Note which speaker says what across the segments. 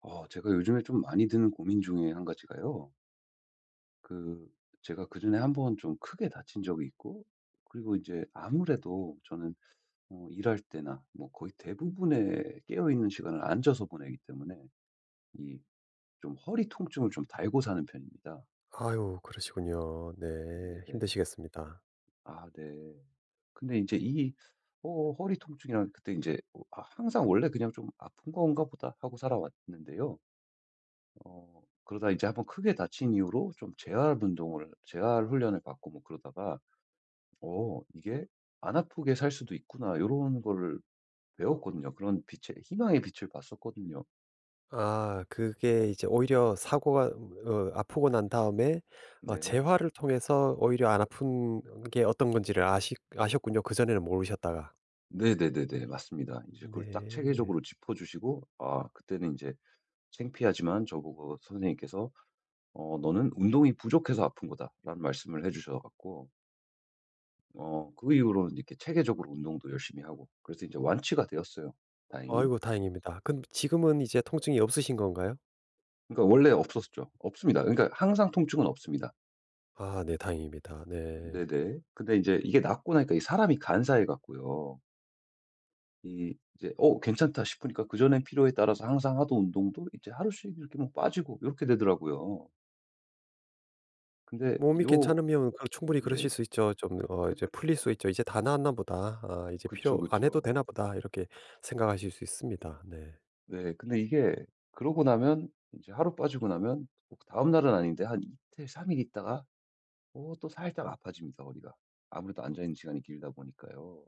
Speaker 1: 제가 요즘에 좀 많이 드는 고민 중에 한 가지가요. 그 제가 그전에 한번 좀 크게 다친 적이 있고 그리고 이제 아무래도 저는 일할 때나 뭐 거의 대부분의 깨어 있는 시간을 앉아서 보내기 때문에 이 좀 허리 통증을 좀 달고 사는 편입니다.
Speaker 2: 아유 그러시군요. 네.
Speaker 1: 네네.
Speaker 2: 힘드시겠습니다.
Speaker 1: 아 네. 근데 이제 이 어 허리 통증이랑 그때 이제 항상 원래 그냥 '좀 아픈 건가 보다.' 하고 살아왔는데요. 그러다 이제 한번 크게 다친 이후로 좀 재활 훈련을 받고 뭐 그러다가 '어 이게 안 아프게 살 수도 있구나.' 요런 거를 배웠거든요. 그런 빛의 희망의 빛을 봤었거든요.
Speaker 2: 그게 이제 오히려 사고가 아프고 난 다음에
Speaker 1: 네.
Speaker 2: 재활을 통해서 오히려 안 아픈 게 어떤 건지를 아시 아셨군요. 그전에는 모르셨다가.
Speaker 1: 네네네네. 맞습니다. 이제 그걸 딱
Speaker 2: 네.
Speaker 1: 체계적으로 짚어 주시고 그때는 이제 창피하지만 저보고 선생님께서 "어 너는 운동이 부족해서 아픈 거다."라는 말씀을 해 주셔 갖고 그 이후로는 이렇게 체계적으로 운동도 열심히 하고 그래서 이제 완치가 되었어요. 다행히.
Speaker 2: 아이고 다행입니다. 그럼 지금은 이제 통증이 없으신 건가요?
Speaker 1: 그러니까 원래 없었죠. 없습니다. 그러니까 항상 통증은 없습니다.
Speaker 2: 아 네, 다행입니다. 네.
Speaker 1: 네네. 근데 이제 이게 낫고 나니까 이 사람이 간사해 갖고요. 이 이제 '어 괜찮다.' 싶으니까 그전엔 필요에 따라서 항상 하던 운동도 이제 하루씩 이렇게 뭐 빠지고 이렇게 되더라고요. 근데
Speaker 2: 몸이
Speaker 1: 요
Speaker 2: 괜찮으면 그 충분히 그러실
Speaker 1: 네.
Speaker 2: 수 있죠. 좀 이제 풀릴 수 있죠. '이제 다 나았나 보다. 아 이제
Speaker 1: 그쵸,
Speaker 2: 필요 안 해도
Speaker 1: 그쵸.
Speaker 2: 되나 보다.' 이렇게 생각하실 수 있습니다. 네.
Speaker 1: 네. 근데 이게 그러고 나면 이제 하루 빠지고 나면 꼭 다음 날은 아닌데 한 이틀 3일 있다가 또 살짝 아파집니다, 허리가. 아무래도 앉아 있는 시간이 길다 보니까요.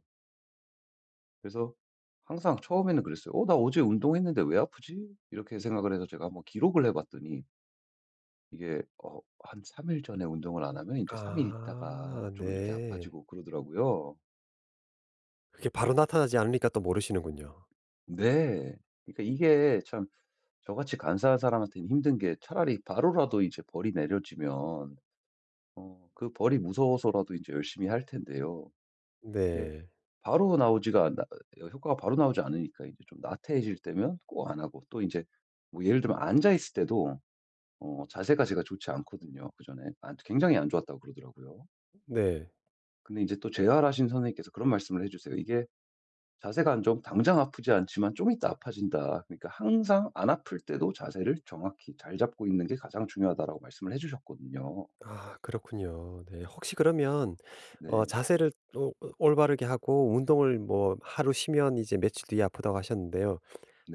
Speaker 1: 그래서 항상 처음에는 그랬어요. '어 나 어제 운동했는데 왜 아프지?' 이렇게 생각을 해서 제가 한번 기록을 해 봤더니 이게 어 한 3일 전에 운동을 안 하면 이제3일 있다가
Speaker 2: 아
Speaker 1: 좀 이렇게
Speaker 2: 네.
Speaker 1: 아파지고 그러더라고요.
Speaker 2: 그게 바로 나타나지 않으니까 또 모르시는군요.
Speaker 1: 네. 그러니까 이게 참 저같이 간사한 사람한테는 힘든 게 차라리 바로라도 이제 벌이 내려지면 그 벌이 무서워서라도 이제 열심히 할 텐데요. 이게
Speaker 2: 네.
Speaker 1: 바로 나오지가 않 효과가 바로 나오지 않으니까 이제 좀 나태해질 때면 꼭 안 하고 또 이제 뭐 예를 들면 앉아 있을 때도 자세가 제가 좋지 않거든요 그전에. 안 굉장히 안 좋았다고 그러더라고요.
Speaker 2: 네.
Speaker 1: 근데 이제 또 재활하신 선생님께서 그런 말씀을 해 주세요. "이게 자세가 안 좋으면 당장 아프지 않지만 좀 있다 아파진다. 그러니까 항상 안 아플 때도 자세를 정확히 잘 잡고 있는 게 가장 중요하다."라고 말씀을 해 주셨거든요.
Speaker 2: 아 그렇군요. 네. 혹시 그러면
Speaker 1: 네.
Speaker 2: 자세를 또 올바르게 하고 운동을 뭐 하루 쉬면 이제 며칠 뒤에 아프다고 하셨는데요.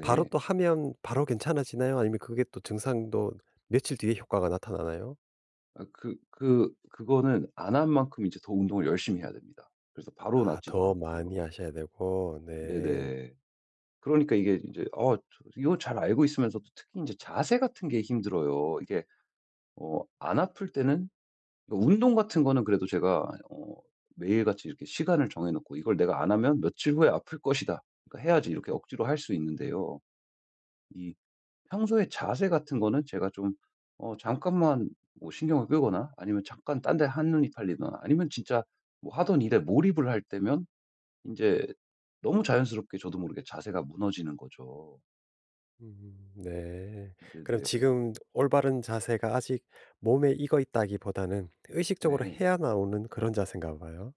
Speaker 2: 바로 또 하면 바로 괜찮아지나요? 아니면 그게 또 증상도 며칠 뒤에 효과가 나타나나요?
Speaker 1: 그거는 안 한 만큼 이제 더 운동을 열심히 해야 됩니다. 그래서 바로
Speaker 2: 아
Speaker 1: 낫지도
Speaker 2: 더 많이
Speaker 1: 않고요.
Speaker 2: 하셔야 되고. 네.
Speaker 1: 네네. 그러니까 이게 이제 이거 잘 알고 있으면서도 특히 이제 자세 같은 게 힘들어요. 이게 어 안 아플 때는 그러니까 운동 같은 거는 그래도 제가 어 매일같이 이렇게 시간을 정해 놓고 '이걸 내가 안 하면 며칠 후에 아플 것이다. 그러니까 해야지.' 이렇게 억지로 할 수 있는데요. 평소에 자세 같은 거는 제가 좀 잠깐만 뭐 신경을 끄거나 아니면 잠깐 딴데 한눈이 팔리거나 아니면 진짜 뭐 하던 일에 몰입을 할 때면 이제 너무 자연스럽게 저도 모르게 자세가 무너지는 거죠.
Speaker 2: 네. 그럼
Speaker 1: 네네.
Speaker 2: 지금 올바른 자세가 아직 몸에 익어 있다기보다는 의식적으로
Speaker 1: 네.
Speaker 2: 해야 나오는 그런 자세인가 봐요.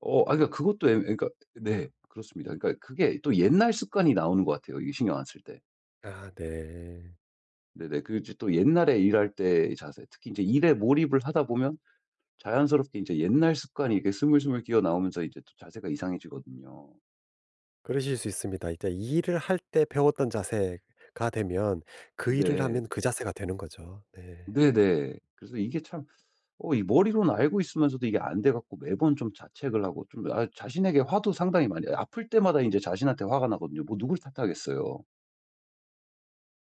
Speaker 1: 그러니까 그것도 그러니까 네. 그렇습니다. 그러니까 그게 또 옛날 습관이 나오는 것 같아요, 이게 신경 안 쓸 때.
Speaker 2: 아 네.
Speaker 1: 네네. 이제 또 옛날에 일할 때의 자세 특히 이제 일에 몰입을 하다 보면 자연스럽게 이제 옛날 습관이 이렇게 스물스물 기어 나오면서 이제 또 자세가 이상해지거든요.
Speaker 2: 그러실 수 있습니다. 이제 이 일을 할 때 배웠던 자세가 되면 그 일을
Speaker 1: 네.
Speaker 2: 하면 그 자세가 되는 거죠. 네.
Speaker 1: 네네. 그래서 이게 참 이 머리로는 알고 있으면서도 이게 안 돼 갖고 매번 좀 자책을 하고 좀 자신에게 화도 상당히 많이 아플 때마다 이제 자신한테 화가 나거든요. 뭐 누굴 탓하겠어요.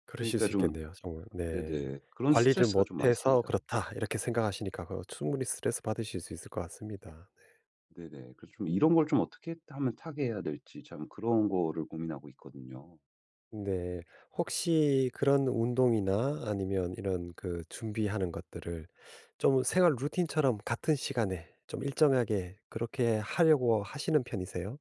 Speaker 2: 그러실
Speaker 1: 그러니까
Speaker 2: 수
Speaker 1: 좀
Speaker 2: 있겠네요, 정말. 네.
Speaker 1: 네네. 그런
Speaker 2: '관리를
Speaker 1: 스트레스가 좀
Speaker 2: 못해서
Speaker 1: 많습니다.
Speaker 2: 그렇다.' 이렇게 생각하시니까 그거 충분히 스트레스 받으실 수 있을 것 같습니다.
Speaker 1: 네네. 그래서 좀 이런 걸 좀 어떻게 하면 타개해야 될지 참 그런 거를 고민하고 있거든요.
Speaker 2: 네. 혹시 그런 운동이나 아니면 이런 그 준비하는 것들을 좀 생활 루틴처럼 같은 시간에 좀 일정하게 그렇게 하려고 하시는 편이세요?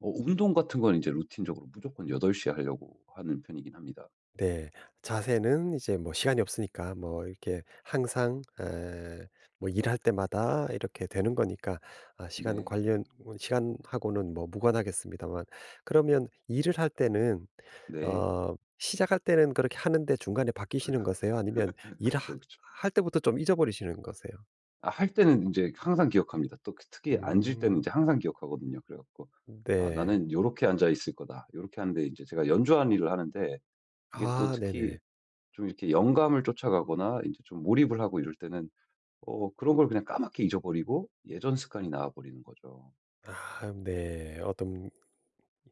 Speaker 1: 운동 같은 건 이제 루틴적으로 무조건 8 시에 하려고 하는 편이긴 합니다.
Speaker 2: 네. 자세는 이제 뭐 시간이 없으니까 뭐 이렇게 항상 에 뭐 일할 때마다 이렇게 되는 거니까 아 시간
Speaker 1: 네.
Speaker 2: 관련 뭐 시간하고는 뭐 무관하겠습니다만, 그러면 일을 할 때는
Speaker 1: 네.
Speaker 2: 시작할 때는 그렇게 하는데 중간에 바뀌시는 거세요? 아니면 일
Speaker 1: 그쵸, 그쵸.
Speaker 2: 할 때부터 좀 잊어버리시는 거세요?
Speaker 1: 할 때는 인제 항상 기억합니다. 또 그 특히 앉을 때는 이
Speaker 2: 음.
Speaker 1: 제 항상 기억하거든요. 그래 갖고 '아
Speaker 2: 네.
Speaker 1: 나는 요렇게 앉아 있을 거다.' 요렇게 하는데 인제 제가 연주하는 일을 하는데 이게 또
Speaker 2: 아
Speaker 1: 특히
Speaker 2: 네네.
Speaker 1: 좀 이렇게 영감을 쫓아가거나 인제 좀 몰입을 하고 이럴 때는 그런 걸 그냥 까맣게 잊어버리고 예전 습관이 나와 버리는 거죠.
Speaker 2: 아 네. 어떤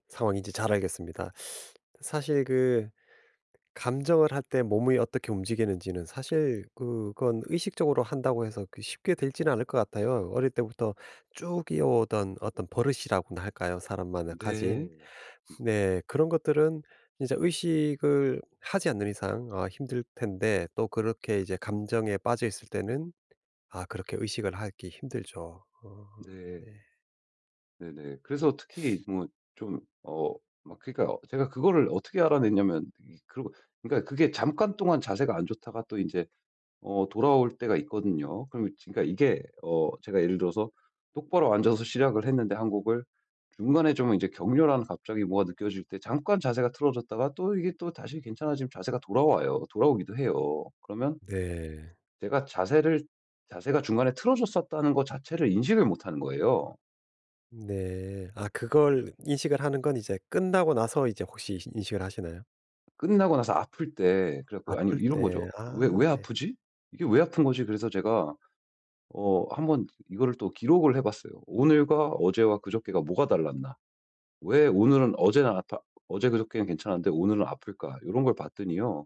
Speaker 2: 상황인지 잘 알겠습니다. 사실 그 감정을 할 때 몸이 어떻게 움직이는지는 사실 그건 의식적으로 한다고 해서 그 쉽게 되지는 않을 것 같아요. 어릴 때부터 쭉 이어오던 어떤 버릇이라고나 할까요? 사람마다 가진.
Speaker 1: 네.
Speaker 2: 네, 그런 것들은 진짜 의식을 하지 않는 이상 아, 힘들 텐데 또 그렇게 이제 감정에 빠져 있을 때는 아, 그렇게 의식을 하기 힘들죠. 어,
Speaker 1: 네.
Speaker 2: 네.
Speaker 1: 네네. 그래서 특히 뭐 좀 막 그러니까 제가 그거를 어떻게 알아냈냐면 이 그러고 그러니까 그게 잠깐 동안 자세가 안 좋다가 또 인제 돌아올 때가 있거든요. 그럼 그러니까 이게 어 제가 예를 들어서 똑바로 앉아서 시작을 했는데 한 곡을 중간에 좀 이제 격렬한 갑자기 뭐가 느껴질 때 잠깐 자세가 틀어졌다가 또 이게 또 다시 괜찮아지면 자세가 돌아와요. 돌아오기도 해요. 그러면
Speaker 2: 네.
Speaker 1: 제가 자세를 자세가 중간에 틀어졌었다는 거 자체를 인식을 못 하는 거예요.
Speaker 2: 네. 아 그걸 인식을 하는 건 이제 끝나고 나서 이제 혹시 인식을 하시나요?
Speaker 1: 끝나고 나서 아플 때 그래 갖고 아니
Speaker 2: 아플
Speaker 1: 이런
Speaker 2: 때.
Speaker 1: 거죠.
Speaker 2: 네.
Speaker 1: '왜
Speaker 2: 아 네.
Speaker 1: 아프지? 이게 왜 아픈 거지?' 그래서 제가 한번 이거를 또 기록을 해 봤어요. '오늘과 어제와 그저께가 뭐가 달랐나?' 왜 오늘은 어제는 아파 어제 그저께는 괜찮았는데 오늘은 아플까? 이런 걸 봤더니요.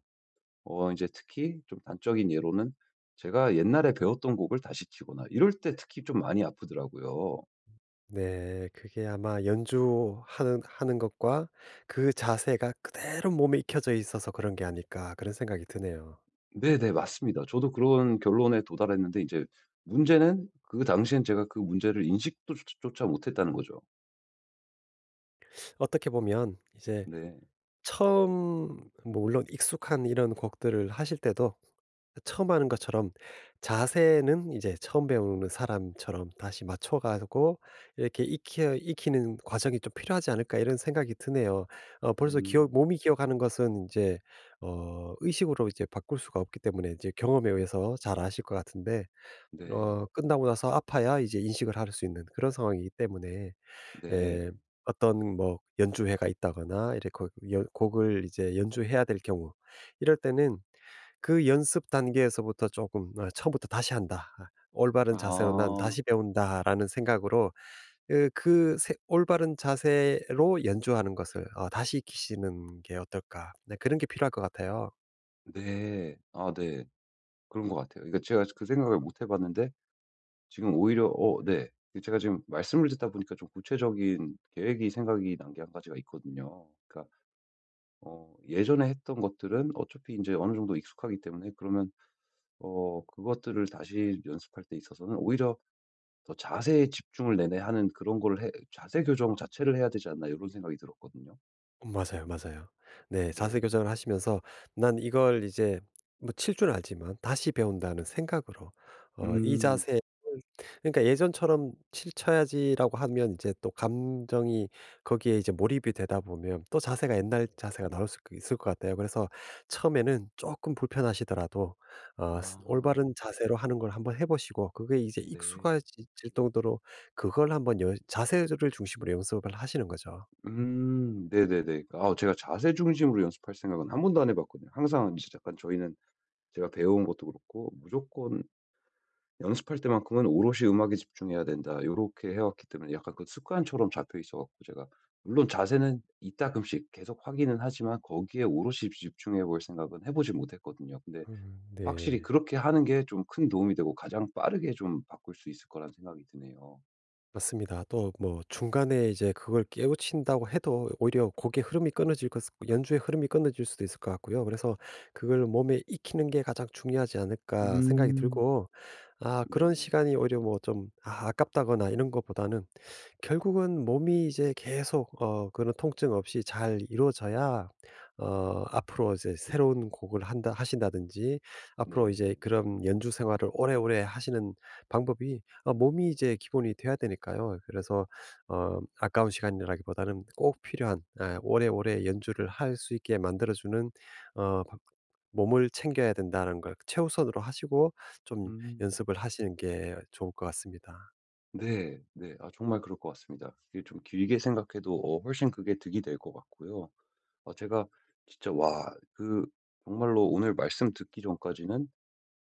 Speaker 1: 이제 특히 좀 단적인 예로는 제가 옛날에 배웠던 곡을 다시 치거나 이럴 때 특히 좀 많이 아프더라고요.
Speaker 2: 네. 그게 아마 연주하는 하는 것과 그 자세가 그대로 몸에 익혀져 있어서 그런 게 아닐까 그런 생각이 드네요.
Speaker 1: 네네. 맞습니다. 저도 그런 결론에 도달했는데 이제 문제는 그 당시엔 제가 그 문제를 인식도 조 조차 못했다는 거죠.
Speaker 2: 어떻게 보면 이제
Speaker 1: 네.
Speaker 2: 처음 뭐 물론 익숙한 이런 곡들을 하실 때도 그 처음 하는 것처럼 자세는 이제 처음 배우는 사람처럼 다시 맞춰 가고 이렇게 익혀 익히는 과정이 좀 필요하지 않을까 이런 생각이 드네요. 벌써 기억
Speaker 1: 음.
Speaker 2: 몸이 기억하는 것은 이제 의식으로 이제 바꿀 수가 없기 때문에 이제 경험에 의해서 잘 아실 것 같은데
Speaker 1: 네.
Speaker 2: 끝나고 나서 아파야 이제 인식을 할 수 있는 그런 상황이기 때문에 에,
Speaker 1: 네.
Speaker 2: 어떤 뭐 연주회가 있다거나 이렇게 곡 연 곡을 이제 연주해야 될 경우 이럴 때는 그 연습 단계에서부터 조금 어 '처음부터 다시 한다. 아 올바른 자세로 난
Speaker 1: 아.
Speaker 2: 다시 배운다.'라는 생각으로 올바른 자세로 연주하는 것을 다시 익히시는 게 어떨까. 네, 그런 게 필요할 것 같아요.
Speaker 1: 네. 아 네. 그런 것 같아요. 그러니까 제가 그 생각을 못 해 봤는데 지금 오히려 네. 제가 지금 말씀을 듣다 보니까 좀 구체적인 계획이 생각이 난 게 한 가지가 있거든요. 그러니까 예전에 했던 것들은 어차피 이제 어느 정도 익숙하기 때문에 그러면 그것들을 다시 연습할 때 있어서는 오히려 더 자세에 집중을 내내 하는 그런 걸 해 '자세 교정 자체를 해야 되지 않나.' 이런 생각이 들었거든요.
Speaker 2: 맞아요, 맞아요. 네. 자세
Speaker 1: 네.
Speaker 2: 교정을 하시면서 '난 이걸 이제 뭐 칠 줄 알지만 다시 배운다.'는 생각으로 어 이 자
Speaker 1: 음.
Speaker 2: 세 그러니까 예전처럼 칠 쳐야지라고 하면 이제 또 감정이 거기에 이제 몰입이 되다 보면 또 자세가 옛날 자세가 나올 수 있을 것 같아요. 그래서 처음에는 조금 불편하시더라도 어 스
Speaker 1: 아.
Speaker 2: 올바른 자세로 하는 걸 한번 해 보시고 그게 이제 익숙
Speaker 1: 네.
Speaker 2: 해질 정도로 그걸 한번 여 자세를 중심으로 연습을 하시는 거죠.
Speaker 1: 음. 네네네. 제가 자세 중심으로 연습할 생각은 한 번도 안 해 봤거든요. 항상 이제 약간 저희는 제가 배운온 것도 그렇고 무조건 연습할 때만큼은 오롯이 음악에 집중해야 된다. 요렇게 해왔기 때문에 약간 그 습관처럼 잡혀 있어 갖고 제가 물론 자세는 이따금씩 계속 하기는 하지만 거기에 오롯이 집중해 볼 생각은 해보지 못했거든요. 근데
Speaker 2: 네.
Speaker 1: 확실히 그렇게 하는 게 좀 큰 도움이 되고 가장 빠르게 좀 바꿀 수 있을 거란 생각이 드네요.
Speaker 2: 맞습니다. 또 뭐 중간에 이제 그걸 깨우친다고 해도 오히려 곡의 흐름이 끊어질 것 연주의 흐름이 끊어질 수도 있을 것 같고요. 그래서 그걸 몸에 익히는 게 가장 중요하지 않을까 생각이
Speaker 1: 음.
Speaker 2: 들고 아 그런
Speaker 1: 네네.
Speaker 2: 시간이 오히려 뭐 좀 아 아깝다거나 이런 것보다는 결국은 몸이 이제 계속 그런 통증 없이 잘 이루어져야 앞으로 이제 새로운 곡을 한다 하신다든지 앞으로
Speaker 1: 네.
Speaker 2: 이제 그런 연주 생활을 오래오래 하시는 방법이 몸이 이제 기본이 돼야 되니까요. 그래서 아까운 시간이라기보다는 꼭 필요한, 아, 오래오래 연주를 할 수 있게 만들어 주는 어 바- 몸을 챙겨야 된다는 걸 최우선으로 하시고 좀
Speaker 1: 음.
Speaker 2: 연습을 하시는 게 좋을 것 같습니다.
Speaker 1: 네. 네. 정말 그럴 것 같습니다. 이게 좀 길게 생각해도 훨씬 그게 득이 될 것 같고요. 제가 진짜 와 그 정말로 오늘 말씀 듣기 전까지는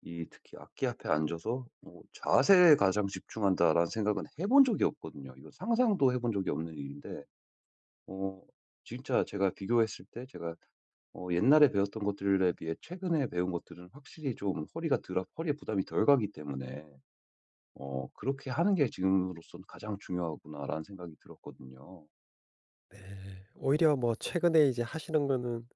Speaker 1: 이 특히 악기 앞에 앉아서 뭐 '자세에 가장 집중한다.'라는 생각은 해본 적이 없거든요. 이거 상상도 해본 적이 없는 일인데 어 진짜 제가 비교했을 때 제가 옛날에 배웠던 것들에 비해 최근에 배운 것들은 확실히 좀 허리가 덜 아 허리에 부담이 덜 가기 때문에 '그렇게 하는 게 지금으로서는 가장 중요하구나.'라는 생각이 들었거든요.
Speaker 2: 네. 오히려 뭐 최근에 이제 하시는 거는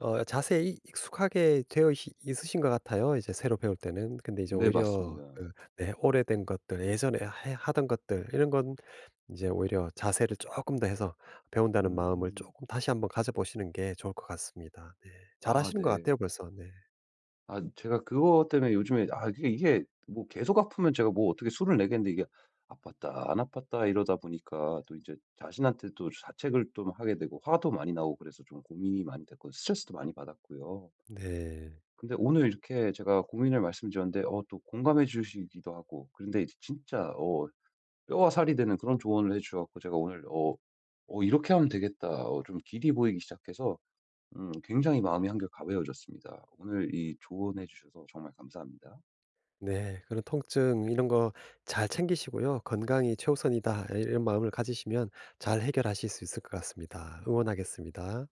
Speaker 2: 어 자세히 익숙하게 되어 이시 있으신 것 같아요, 이제 새로 배울 때는. 근데 이제
Speaker 1: 네
Speaker 2: 오히려
Speaker 1: 맞습니다.
Speaker 2: 그 네 오래된 것들 예전에 해 하던 것들 이런 건 이제 오히려 자세를 쪼끔 더 해서 배운다는 마음을
Speaker 1: 음.
Speaker 2: 쪼끔 다시 한번 가져보시는 게 좋을 것 같습니다. 네.
Speaker 1: 아
Speaker 2: 잘하시는 것
Speaker 1: 네.
Speaker 2: 같아요, 벌써. 네.
Speaker 1: 제가 그거 때문에 요즘에 이게 뭐 계속 아프면 제가 뭐 어떻게 술을 내겠는데 이게 아팠다 안 아팠다 이러다 보니까 또 이제 자신한테 또 자책을 좀 하게 되고 화도 많이 나고 그래서 좀 고민이 많이 됐고 스트레스도 많이 받았고요.
Speaker 2: 네.
Speaker 1: 근데 오늘 이렇게 제가 고민을 말씀드렸는데 또 공감해 주시기도 하고 그런데 이제 진짜 뼈와 살이 되는 그런 조언을 해 주셔 갖고 제가 오늘 '어 이렇게 하면 되겠다.' 좀 길이 보이기 시작해서 굉장히 마음이 한결 가벼워졌습니다. 오늘 이 조언해 주셔서 정말 감사합니다.
Speaker 2: 네. 그런 통증 이런 거 잘 챙기시고요. '건강이 최우선이다.' 이 이런 마음을 가지시면 잘 해결하실 수 있을 것 같습니다. 응원하겠습니다.